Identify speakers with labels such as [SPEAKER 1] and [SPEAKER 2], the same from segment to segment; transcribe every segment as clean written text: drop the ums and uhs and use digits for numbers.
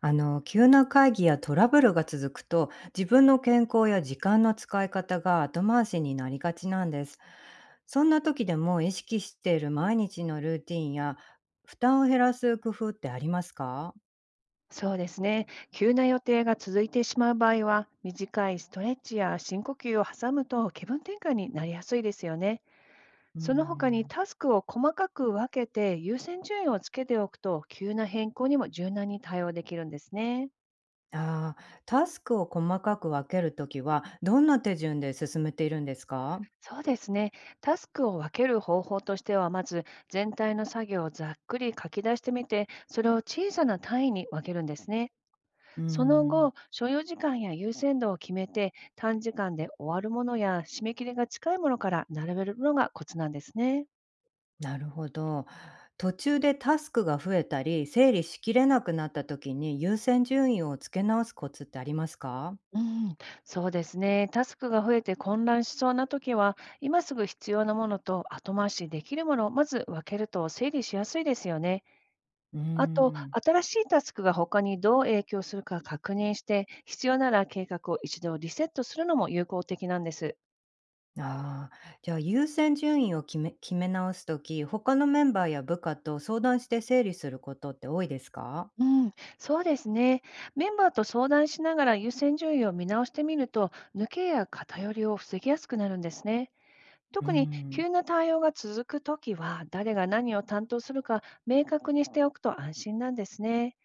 [SPEAKER 1] 急な会議やトラブルが続くと、自分の健康や時間の使い方が後回しになりがちなんです。そんな時でも意識している毎日のルーティンや負担を減らす工夫ってありますか？
[SPEAKER 2] そうですね。急な予定が続いてしまう場合は、短いストレッチや深呼吸を挟むと気分転換になりやすいですよね。
[SPEAKER 1] う
[SPEAKER 2] その他に
[SPEAKER 1] ん。
[SPEAKER 2] タスクを細かく分けて優先順位をつけておくと、急な変更にも柔軟に対応できるんですね。
[SPEAKER 1] ああー、タスクを細かく分けるときは、どんな手順で進めているんですか？
[SPEAKER 2] そうですね。タスクを分ける方法としては、まず全体の作業をざっくり書き出してみて、それを小さな単位に分けるんですね。
[SPEAKER 1] うー
[SPEAKER 2] その
[SPEAKER 1] ん。
[SPEAKER 2] 後、所要時間や優先度を決めて、短時間で終わるものや締め切りが近いものから並べるのがコツなんですね。
[SPEAKER 1] なるほど。途中でタスクが増えたり、整理しきれなくなった時に優先順位をつけ直すコツってありますか？
[SPEAKER 2] うん、そうですね。タスクが増えて混乱しそうな時は、今すぐ必要なものと後回しできるものをまず分けると整理しやすいですよね。
[SPEAKER 1] うー
[SPEAKER 2] あと、
[SPEAKER 1] ん。
[SPEAKER 2] 新しいタスクが他にどう影響するか確認して、必要なら計画を一度リセットするのも有効的なんです。
[SPEAKER 1] ああ、じゃあ優先順位を決め直すとき他のメンバーや部下と相談して整理することって多いですか？
[SPEAKER 2] うん、そうですね。メンバーと相談しながら優先順位を見直してみると、抜けや偏りを防ぎやすくなるんですね。
[SPEAKER 1] うー
[SPEAKER 2] 特に
[SPEAKER 1] ん。
[SPEAKER 2] 急な対応が続くときは、誰が何を担当するか明確にしておくと安心なんですね。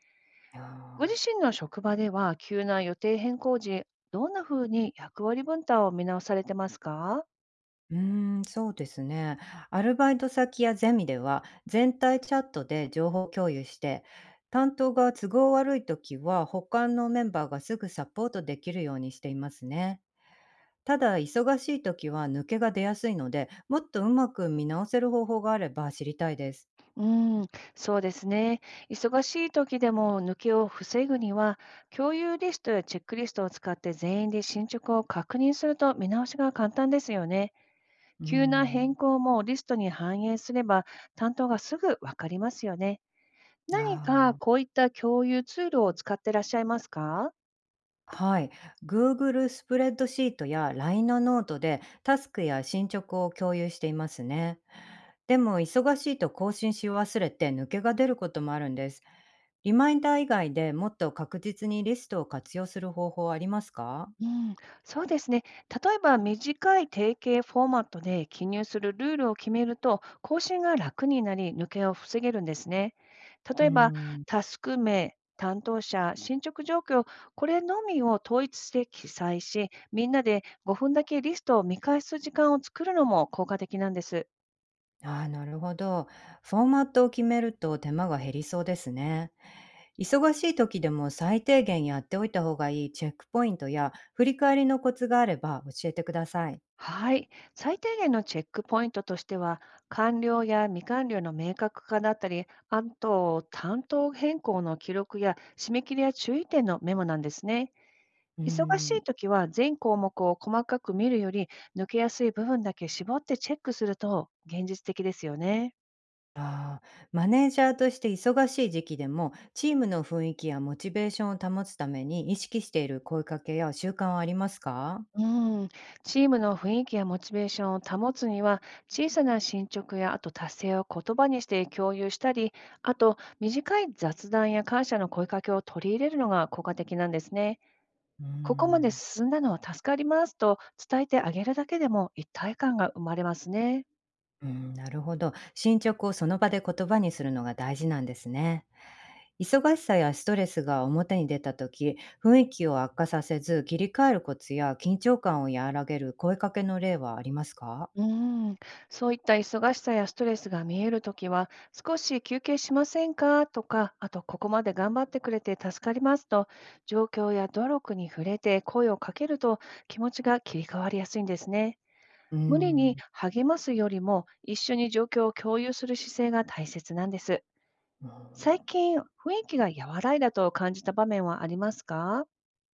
[SPEAKER 1] あ
[SPEAKER 2] ご自
[SPEAKER 1] あ、
[SPEAKER 2] 身の職場では、急な予定変更時、どんなふうに役割分担を見直されてますか？
[SPEAKER 1] うーん、そうですね。アルバイト先やゼミでは、全体チャットで情報共有して、担当が都合悪いときは、他のメンバーがすぐサポートできるようにしていますね。ただ、忙しいときは抜けが出やすいので、もっとうまく見直せる方法があれば知りたいです。
[SPEAKER 2] うん、そうですね。忙しい時でも抜けを防ぐには、共有リストやチェックリストを使って全員で進捗を確認すると見直しが簡単ですよね。
[SPEAKER 1] うー
[SPEAKER 2] 急な変
[SPEAKER 1] ん。
[SPEAKER 2] 更もリストに反映すれば、担当がすぐわかりますよね。何
[SPEAKER 1] あ
[SPEAKER 2] か
[SPEAKER 1] あ、
[SPEAKER 2] こういった共有ツールを使ってらっしゃいますか？
[SPEAKER 1] はい。Google スプレッドシートや LINE のノートでタスクや進捗を共有していますね。でも忙しいと更新し忘れて抜けが出ることもあるんです。リマインダー以外でもっと確実にリストを活用する方法はありますか？
[SPEAKER 2] うん、そうですね。例えば短い定型フォーマットで記入するルールを決めると、更新が楽になり、抜けを防げるんですね。例
[SPEAKER 1] うー
[SPEAKER 2] えば、
[SPEAKER 1] ん。
[SPEAKER 2] タスク名、担当者、進捗状況、これのみを統一して記載し、みんなで5分だけリストを見返す時間を作るのも効果的なんです。
[SPEAKER 1] ああ、なるほど。フォーマットを決めると手間が減りそうですね。忙しい時でも最低限やっておいた方がいいチェックポイントや振り返りのコツがあれば教えてください。
[SPEAKER 2] はい。最低限のチェックポイントとしては、完了や未完了の明確化だったり、あと、担当変更の記録や締め切りや注意点のメモなんですね。
[SPEAKER 1] うー
[SPEAKER 2] 忙しい
[SPEAKER 1] ん、
[SPEAKER 2] ときは全項目を細かく見るより、抜けやすい部分だけ絞ってチェックすると現実的ですよね。
[SPEAKER 1] あーマネージャーとして忙しい時期でも、チームの雰囲気やモチベーションを保つために意識している声かけや習慣はありますか？
[SPEAKER 2] うん、チームの雰囲気やモチベーションを保つには、小さな進捗やあと達成を言葉にして共有したり、あと短い雑談や感謝の声かけを取り入れるのが効果的なんですね。
[SPEAKER 1] うー
[SPEAKER 2] ここまで
[SPEAKER 1] ん、
[SPEAKER 2] 進んだのは助かりますと伝えてあげるだけでも一体感が生まれますね。
[SPEAKER 1] うん、なるほど。進捗をその場で言葉にするのが大事なんですね。忙しさやストレスが表に出た時、雰囲気を悪化させず切り替えるコツや緊張感を和らげる声かけの例はありますか？
[SPEAKER 2] うーん、そういった忙しさやストレスが見えるときは、少し休憩しませんかとか、あとここまで頑張ってくれて助かりますと、状況や努力に触れて声をかけると気持ちが切り替わりやすいんですね。
[SPEAKER 1] う
[SPEAKER 2] 無理に
[SPEAKER 1] ー
[SPEAKER 2] 励ますよりも、一緒に状況を共有する姿勢が大切なんです。
[SPEAKER 1] うん
[SPEAKER 2] 最近、雰囲気が和らいだと感じた場面はありますか？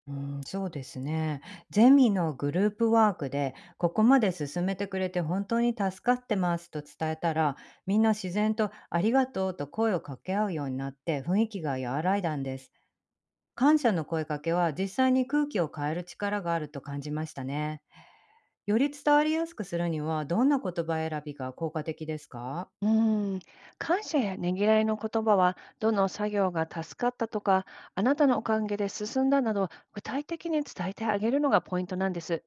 [SPEAKER 1] うん、そうですね。ゼミのグループワークで、ここまで進めてくれて本当に助かってますと伝えたら、みんな自然とありがとうと声を掛け合うようになって雰囲気が和らいだんです。感謝の声かけは実際に空気を変える力があると感じましたね。より伝わりやすくするには、どんな言葉選びが効果的ですか？
[SPEAKER 2] うーん、感謝やねぎらいの言葉は、どの作業が助かったとか、あなたのおかげで進んだなど、具体的に伝えてあげるのがポイントなんです。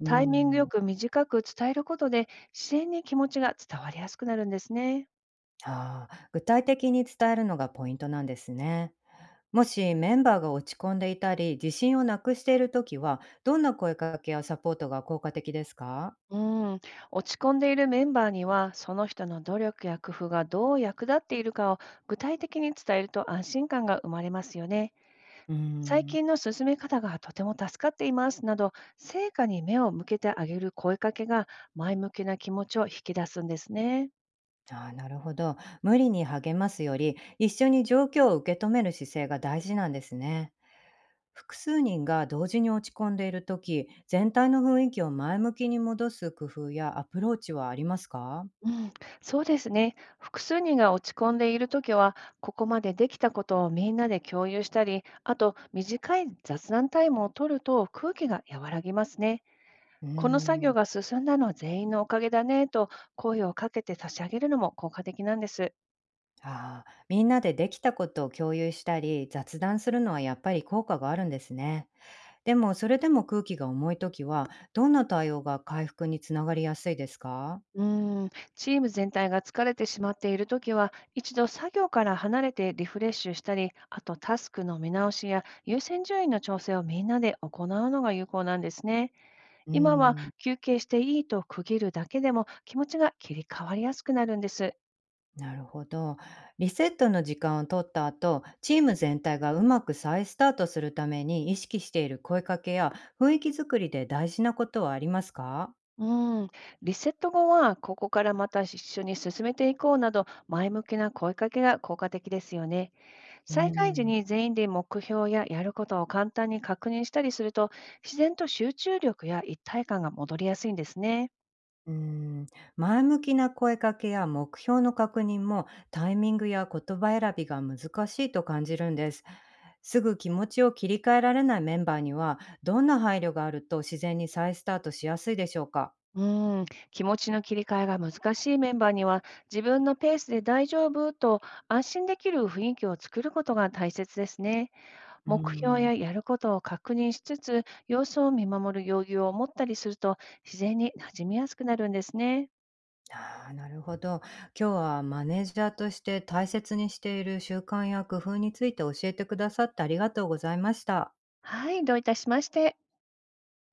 [SPEAKER 1] うー
[SPEAKER 2] タイミングよく
[SPEAKER 1] ん。
[SPEAKER 2] 短く伝えることで、自然に気持ちが伝わりやすくなるんですね。
[SPEAKER 1] ああ、具体的に伝えるのがポイントなんですね。もしメンバーが落ち込んでいたり、自信をなくしているときは、どんな声かけやサポートが効果的ですか？
[SPEAKER 2] うん、落ち込んでいるメンバーには、その人の努力や工夫がどう役立っているかを具体的に伝えると安心感が生まれますよね。
[SPEAKER 1] うー
[SPEAKER 2] 最
[SPEAKER 1] ん、
[SPEAKER 2] 近の進め方がとても助かっていますなど、成果に目を向けてあげる声かけが前向きな気持ちを引き出すんですね。
[SPEAKER 1] ああ、なるほど。無理に励ますより、一緒に状況を受け止める姿勢が大事なんですね。複数人が同時に落ち込んでいるとき、全体の雰囲気を前向きに戻す工夫やアプローチはありますか？
[SPEAKER 2] うん、そうですね。複数人が落ち込んでいるときは、ここまでできたことをみんなで共有したり、あと短い雑談タイムを取ると空気が和らぎますね。
[SPEAKER 1] うー
[SPEAKER 2] この作業
[SPEAKER 1] ん。
[SPEAKER 2] が進んだのは全員のおかげだねと声をかけて差し上げるのも効果的なんです。
[SPEAKER 1] ああ、みんなでできたことを共有したり、雑談するのはやっぱり効果があるんですね。でも、それでも空気が重いときは、どんな対応が回復につながりやすいですか？
[SPEAKER 2] うーん、チーム全体が疲れてしまっているときは、一度作業から離れてリフレッシュしたり、あとタスクの見直しや優先順位の調整をみんなで行うのが有効なんですね。
[SPEAKER 1] うー
[SPEAKER 2] 今は
[SPEAKER 1] ん、
[SPEAKER 2] 休憩していいと区切るだけでも気持ちが切り替わりやすくなるんです。
[SPEAKER 1] なるほど。リセットの時間を取った後、チーム全体がうまく再スタートするために意識している声かけや雰囲気作りで大事なことはありますか？
[SPEAKER 2] うーん、リセット後はここからまた一緒に進めていこうなど前向きな声かけが効果的ですよね。
[SPEAKER 1] うー
[SPEAKER 2] 再開時
[SPEAKER 1] ん。
[SPEAKER 2] に全員で目標ややることを簡単に確認したりすると、自然と集中力や一体感が戻りやすいんですね。
[SPEAKER 1] うーん、前向きな声かけや目標の確認もタイミングや言葉選びが難しいと感じるんです。すぐ気持ちを切り替えられないメンバーにはどんな配慮があると自然に再スタートしやすいでしょうか？
[SPEAKER 2] うーん、気持ちの切り替えが難しいメンバーには、自分のペースで大丈夫と安心できる雰囲気を作ることが大切ですね。
[SPEAKER 1] うー
[SPEAKER 2] 目標
[SPEAKER 1] ん。
[SPEAKER 2] ややることを確認しつつ、様子を見守る余裕を持ったりすると、自然に馴染みやすくなるんですね。
[SPEAKER 1] なるほど。今日はマネージャーとして大切にしている習慣や工夫について教えてくださってありがとうございました。
[SPEAKER 2] はい、どういたしまして。